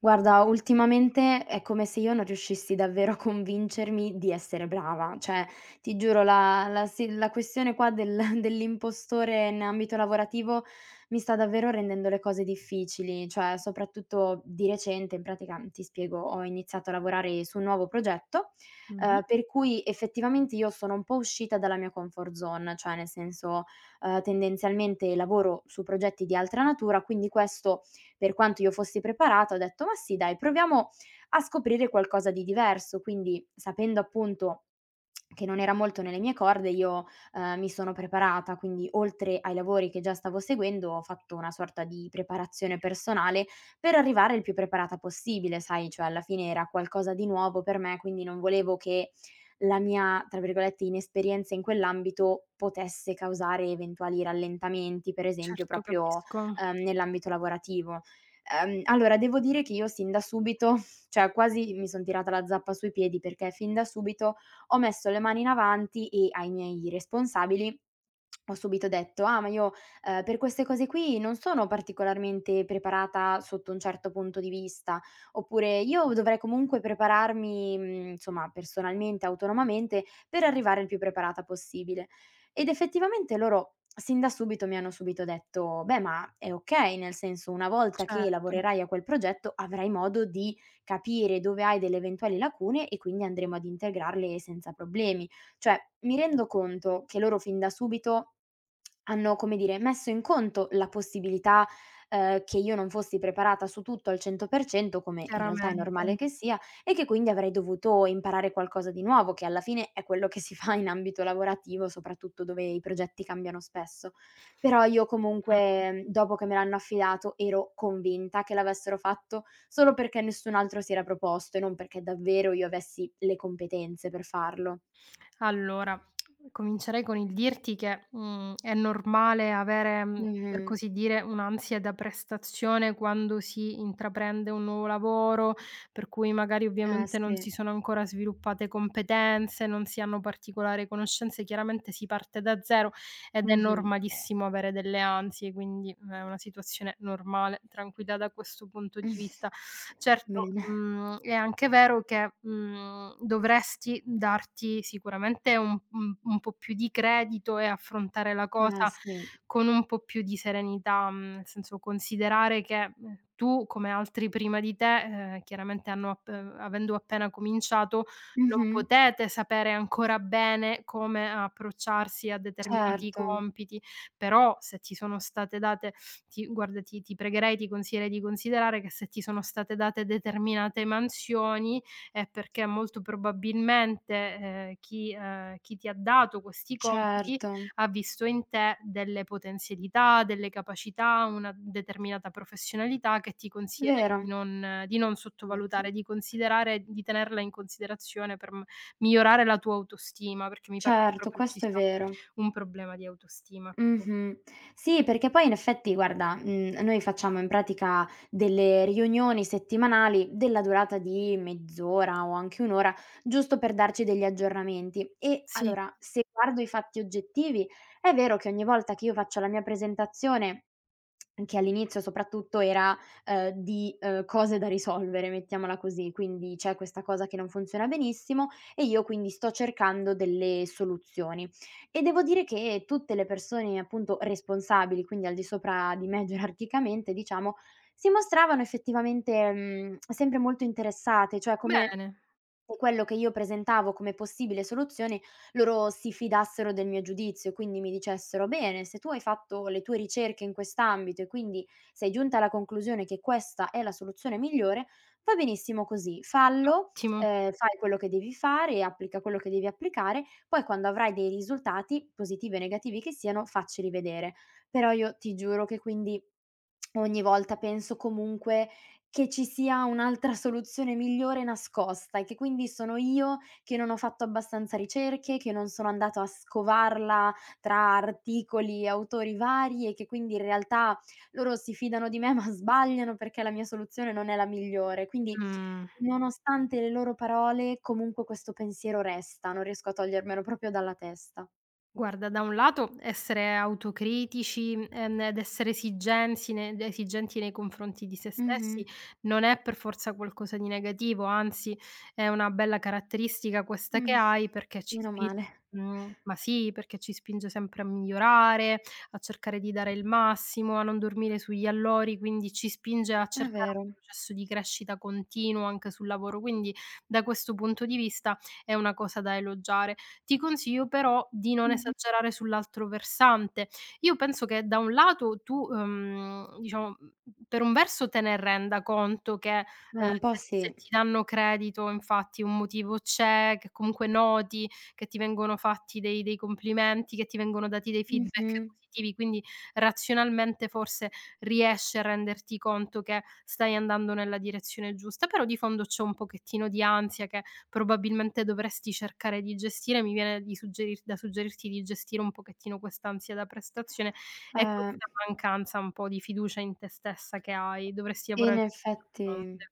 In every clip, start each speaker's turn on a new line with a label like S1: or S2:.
S1: Guarda, ultimamente è come se io non riuscissi davvero a convincermi di essere brava, cioè ti giuro la questione qua del dell'impostore in ambito lavorativo mi sta davvero rendendo le cose difficili, cioè soprattutto di recente, in pratica, ti spiego, ho iniziato a lavorare su un nuovo progetto,
S2: Mh-mh.
S1: per cui effettivamente io sono un po' uscita dalla mia comfort zone, cioè nel senso, tendenzialmente lavoro su progetti di altra natura, quindi questo per quanto io fossi preparata, ho detto: "Ma sì dai, proviamo a scoprire qualcosa di diverso". Quindi, sapendo appunto che non era molto nelle mie corde, io, mi sono preparata, quindi oltre ai lavori che già stavo seguendo, ho fatto una sorta di preparazione personale per arrivare il più preparata possibile, sai, cioè alla fine era qualcosa di nuovo per me, quindi non volevo che la mia, tra virgolette, "inesperienza" in quell'ambito potesse causare eventuali rallentamenti, per esempio
S2: Certo,
S1: proprio,
S2: capisco.
S1: nell'ambito lavorativo. Allora devo dire che io sin da subito, cioè quasi mi son tirata la zappa sui piedi, perché fin da subito ho messo le mani in avanti e ai miei responsabili ho subito detto: "Ah, ma io, per queste cose qui non sono particolarmente preparata sotto un certo punto di vista", oppure: "Io dovrei comunque prepararmi, insomma personalmente, autonomamente per arrivare il più preparata possibile". Ed effettivamente loro sin da subito mi hanno subito detto: "Beh, ma è okay, nel senso una volta che
S2: Certo,
S1: lavorerai a quel progetto avrai modo di capire dove hai delle eventuali lacune e quindi andremo ad integrarle senza problemi". Cioè, mi rendo conto che loro fin da subito hanno, come dire, messo in conto la possibilità, che io non fossi preparata su tutto al 100%, come in realtà è
S2: chiaramente.
S1: normale che sia, e che quindi avrei dovuto imparare qualcosa di nuovo, che alla fine è quello che si fa in ambito lavorativo, soprattutto dove i progetti cambiano spesso. Però io
S2: Mh.
S1: comunque, dopo che me l'hanno affidato, ero convinta che l'avessero fatto solo perché nessun altro si era proposto e non perché davvero io avessi le competenze per farlo.
S2: Allora, comincerei con il dirti che, è normale avere, per
S1: Mh-mh.
S2: così dire, un'ansia da prestazione quando si intraprende un nuovo lavoro, per cui magari
S1: Eh
S2: ovviamente non
S1: sì.
S2: si sono ancora sviluppate competenze, non si hanno particolari conoscenze, chiaramente si parte da zero ed è
S1: Mh-mh.
S2: normalissimo avere delle ansie, quindi è una situazione normale, tranquilla da questo punto di vista. Certo,
S1: Bene.
S2: è anche vero che, dovresti darti sicuramente un po' più di credito e affrontare la
S1: Eh
S2: cosa
S1: sì.
S2: con un po' più di serenità, nel senso considerare che, tu come altri prima di te, chiaramente hanno app avendo appena cominciato, non
S1: Mh-mh.
S2: potete sapere ancora bene come approcciarsi a determinati
S1: Certo,
S2: compiti, però se ti sono state date ti guarda, ti pregherei, ti consiglierei di considerare che se ti sono state date determinate mansioni è perché molto probabilmente, chi ti ha dato questi compiti
S1: certo.
S2: ha visto in te delle potenzialità, delle capacità, una determinata professionalità che ti consiglierei
S1: Vero.
S2: di non
S1: Certo.
S2: sottovalutare, di considerare di tenerla in considerazione per m migliorare la tua autostima, perché mi pare che
S1: Certo,
S2: proprio ci
S1: questo è
S2: sia
S1: vero.
S2: un problema di autostima.
S1: Mh-mh. Sì, perché poi in effetti guarda, noi facciamo in pratica delle riunioni settimanali della durata di mezz'ora o anche un'ora ora, giusto per darci degli aggiornamenti. E
S2: Sì,
S1: allora, se guardo i fatti oggettivi, è vero che ogni volta che io faccio la mia presentazione, che all'inizio soprattutto era, di, cose da risolvere, mettiamola così, quindi c'è questa cosa che non funziona benissimo e io quindi sto cercando delle soluzioni. E devo dire che tutte le persone appunto responsabili, quindi al di sopra di me gerarchicamente diciamo, si mostravano effettivamente, sempre molto interessate, cioè come
S2: bene.
S1: e quello che io presentavo come possibile soluzione, loro si fidassero del mio giudizio e quindi mi dicessero: "Bene, se tu hai fatto le tue ricerche in quest'ambito e quindi sei giunta alla conclusione che questa è la soluzione migliore, va benissimo così, fallo,
S2: Ottimo.
S1: fai quello che devi fare, applica quello che devi applicare, poi quando avrai dei risultati, positivi o negativi che siano, facceli vedere". Però io ti giuro che quindi ogni volta penso comunque che ci sia un'altra soluzione migliore nascosta e che quindi sono io che non ho fatto abbastanza ricerche, che non sono andato a scovarla tra articoli e autori vari e che quindi in realtà loro si fidano di me ma sbagliano perché la mia soluzione non è la migliore. Quindi
S2: Mhmm,
S1: nonostante le loro parole comunque questo pensiero resta, non riesco a togliermelo proprio dalla testa.
S2: guarda, da un lato essere autocritici, ed essere esigensi ne esigenti nei confronti di se stessi
S1: Mh-mh.
S2: non è per forza qualcosa di negativo, anzi è una bella caratteristica questa che
S1: Mh.
S2: hai perché
S1: Meno male.
S2: ma sì, perché ci spinge sempre a migliorare, a cercare di dare il massimo, a non dormire sugli allori, quindi ci spinge a
S1: È
S2: cercare un
S1: vero.
S2: processo di crescita continuo anche sul lavoro. Quindi da questo punto di vista è una cosa da elogiare. Ti consiglio però di non esagerare sull'altro versante. Io penso che da un lato tu, diciamo, per un verso te ne renda conto che,
S1: Un po'
S2: se
S1: sì.
S2: ti danno credito infatti un motivo c'è, che comunque noti che ti vengono fatti dei complimenti, che ti vengono dati dei feedback
S1: Mh-mh.
S2: positivi, quindi razionalmente forse riesci a renderti conto che stai andando nella direzione giusta, però di fondo c'è un pochettino di ansia che probabilmente dovresti cercare di gestire, mi viene di suggerir da suggerirti di gestire un pochettino quest'ansia da prestazione e
S1: Eh.
S2: questa mancanza un po' di fiducia in te stessa che hai, dovresti lavorare
S1: In
S2: su questo
S1: effetti
S2: fronte.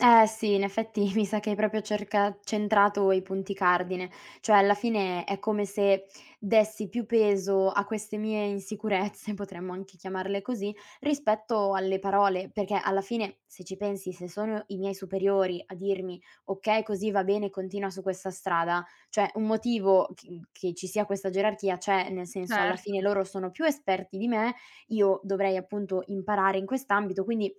S1: eh sì, in effetti mi sa che hai proprio cerca centrato i punti cardine, cioè alla fine è come se dessi più peso a queste mie insicurezze, potremmo anche chiamarle così, rispetto alle parole, perché alla fine se ci pensi, se sono i miei superiori a dirmi: "Okay, così va bene, continua su questa strada", cioè un motivo che ci sia questa gerarchia c'è, nel senso alla
S2: Certo,
S1: fine loro sono più esperti di me, io dovrei appunto imparare in quest'ambito, quindi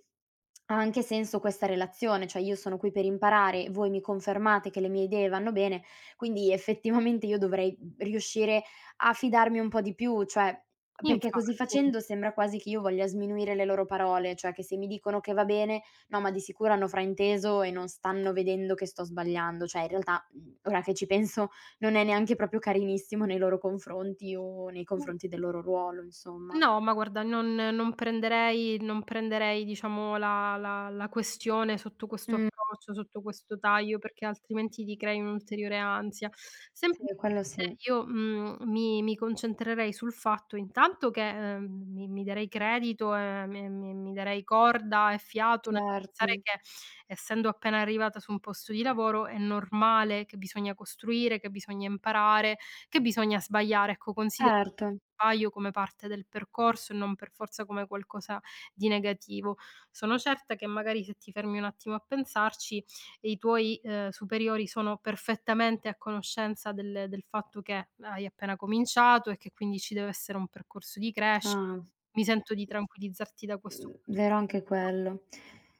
S1: ha anche senso questa relazione, cioè io sono qui per imparare, voi mi confermate che le mie idee vanno bene, quindi effettivamente io dovrei riuscire a fidarmi un po' di più, cioè perché così
S2: infatti.
S1: facendo sembra quasi che io voglia sminuire le loro parole, cioè che se mi dicono che va bene, no, ma di sicuro hanno frainteso e non stanno vedendo che sto sbagliando, cioè in realtà ora che ci penso non è neanche proprio carinissimo nei loro confronti o nei confronti del loro ruolo, insomma.
S2: No, ma guarda non prenderei diciamo la questione sotto questo
S1: Mm,
S2: approccio, sotto questo taglio, perché altrimenti ti crei un'ulteriore ansia.
S1: sì,
S2: Semplicemente
S1: quello sì.
S2: io, mi concentrerei sul fatto intanto che, mi darei credito e mi darei corda e fiato nel pensare
S1: Certo.
S2: che, essendo appena arrivata su un posto di lavoro, è normale che bisogna costruire, che bisogna imparare, che bisogna sbagliare. Ecco, considera
S1: Certo,
S2: sbaglio come parte del percorso e non per forza come qualcosa di negativo. Sono certa che magari se ti fermi un attimo a pensarci, i tuoi, superiori sono perfettamente a conoscenza del fatto che hai appena cominciato e che quindi ci deve essere un percorso di crescita.
S1: ah.
S2: Mi sento di tranquillizzarti da questo punto,
S1: Vero anche quello.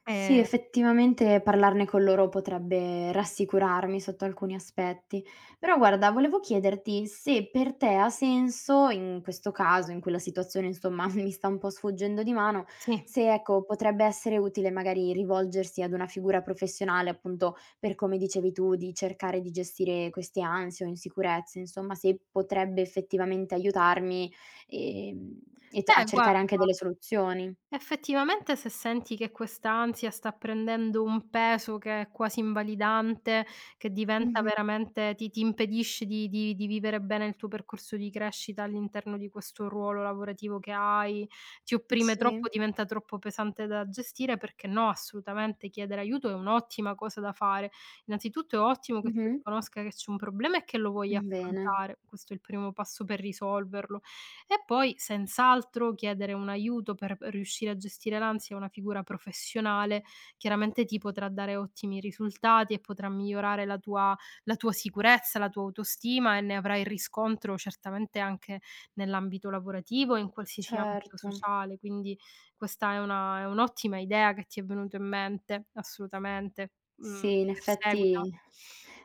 S1: Sì,
S2: ehm,
S1: effettivamente parlarne con loro potrebbe rassicurarmi sotto alcuni aspetti. Però guarda, volevo chiederti se per te ha senso, in questo caso, in cui la situazione insomma mi sta un po' sfuggendo di mano,
S2: sì.
S1: se ecco, potrebbe essere utile magari rivolgersi ad una figura professionale, appunto, per come dicevi tu, di cercare di gestire queste ansie o insicurezze, insomma, se potrebbe effettivamente aiutarmi, ehm, e t a
S2: Beh
S1: cercare anche
S2: guarda,
S1: delle soluzioni.
S2: effettivamente se senti che quest'ansia sta prendendo un peso che è quasi invalidante, che diventa
S1: Mh-mh.
S2: veramente ti impedisce di vivere bene il tuo percorso di crescita all'interno di questo ruolo lavorativo che hai, ti opprime troppo,
S1: Sì.
S2: diventa troppo pesante da gestire, perché no, assolutamente chiedere aiuto è un'ottima cosa da fare. Innanzitutto è ottimo che tu
S1: Mh-mh.
S2: riconosca che c'è un problema e che lo vuoi
S1: Bene.
S2: affrontare, questo è il primo passo per risolverlo. E poi senz'altro chiedere un aiuto per riuscire a gestire l'ansia a una figura professionale, chiaramente ti potrà dare ottimi risultati e potrà migliorare la tua sicurezza, la tua autostima e ne avrai riscontro certamente anche nell'ambito lavorativo e in qualsiasi ambito
S1: Certo.
S2: sociale. Quindi questa è un'ottima idea che ti è venuto in mente, assolutamente. Mhmm,
S1: Sì, in
S2: perseguita.
S1: effetti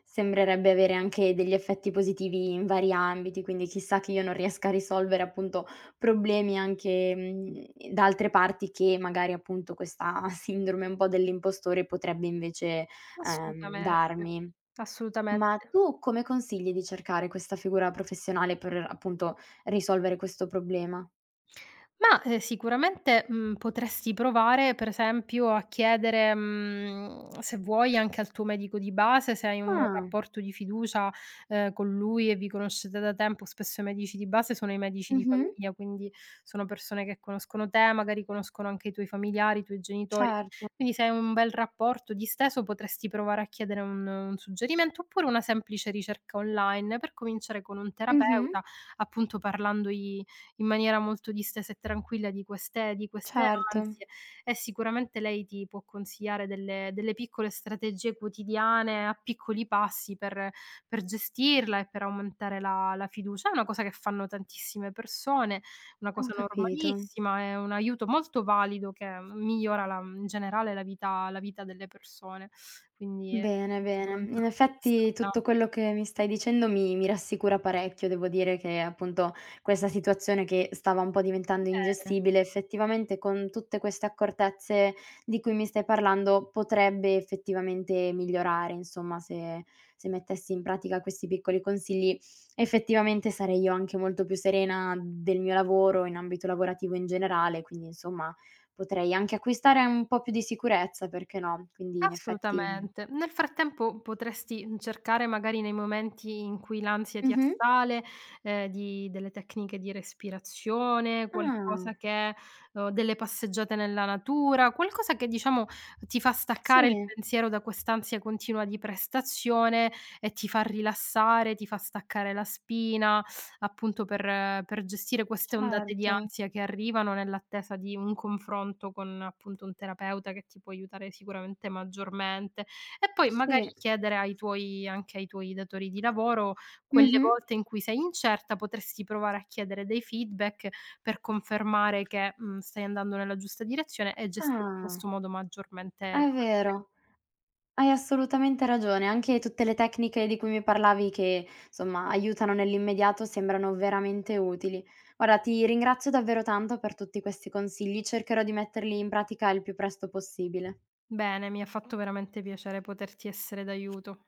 S1: sembrerebbe avere anche degli effetti positivi in vari ambiti, quindi chissà che io non riesca a risolvere appunto problemi anche, da altre parti che magari appunto questa sindrome un po' dell'impostore potrebbe invece,
S2: Assolutamente,
S1: darmi. Ma
S2: assolutamente.
S1: tu come consigli di cercare questa figura professionale per appunto risolvere questo problema?
S2: Ma, sicuramente, potresti provare, per esempio, a chiedere, se vuoi anche al tuo medico di base, se hai un buon
S1: Ah.
S2: rapporto di fiducia, con lui e vi conoscete da tempo. Spesso i medici di base sono i medici di
S1: Mh-mh.
S2: famiglia, quindi sono persone che conoscono te, magari conoscono anche i tuoi familiari, i tuoi genitori.
S1: Certo.
S2: Quindi se hai un bel rapporto disteso potresti provare a chiedere un suggerimento, oppure una semplice ricerca online per cominciare con un
S1: Mh-mh.
S2: terapeuta, appunto parlandogli in maniera molto distesa e tranquilla di queste
S1: Certo,
S2: ansie e sicuramente lei ti può consigliare delle piccole strategie quotidiane a piccoli passi per gestirla e per aumentare la fiducia. È una cosa che fanno tantissime persone, una
S1: ho
S2: cosa
S1: capito.
S2: normalissima, è un aiuto molto valido che migliora la in generale la vita delle persone. Quindi è
S1: Bene, bene.
S2: sicuramente
S1: In
S2: un'ottima
S1: effetti tutto
S2: strada.
S1: quello che mi stai dicendo mi rassicura parecchio. Devo dire che, appunto, questa situazione che stava un po' diventando
S2: Bene.
S1: ingestibile, effettivamente con tutte queste accortezze di cui mi stai parlando potrebbe effettivamente migliorare, insomma, se mettessi in pratica questi piccoli consigli, effettivamente sarei io anche molto più serena del mio lavoro, in ambito lavorativo in generale, quindi insomma potrei anche acquistare un po' più di sicurezza, perché no? Quindi in effetti mm,
S2: Assolutamente. Nel frattempo potresti, cercare magari nei momenti in cui l'ansia ti
S1: Mh-mh.
S2: assale, di delle tecniche di respirazione,
S1: Ah,
S2: qualcosa che, delle passeggiate nella natura, qualcosa che diciamo ti fa staccare il
S1: sì,
S2: pensiero da quest'ansia continua di prestazione e ti fa rilassare, ti fa staccare la spina, appunto per gestire queste ondate di
S1: certo,
S2: ansia che arrivano nell'attesa di un confronto con appunto un terapeuta che ti può aiutare sicuramente maggiormente. E poi magari
S1: sì.
S2: chiedere ai tuoi anche ai tuoi datori di lavoro, quelle
S1: Mh-mh.
S2: volte in cui sei incerta potresti provare a chiedere dei feedback per confermare che, stai andando nella giusta direzione e gestire in
S1: Ah,
S2: questo modo maggiormente
S1: è
S2: l'ansia.
S1: vero, hai assolutamente ragione. Anche tutte le tecniche di cui mi parlavi che, insomma, aiutano nell'immediato sembrano veramente utili. Guarda, ti ringrazio davvero tanto per tutti questi consigli, cercherò di metterli in pratica il più presto possibile.
S2: Bene, mi ha fatto veramente piacere poterti essere d'aiuto.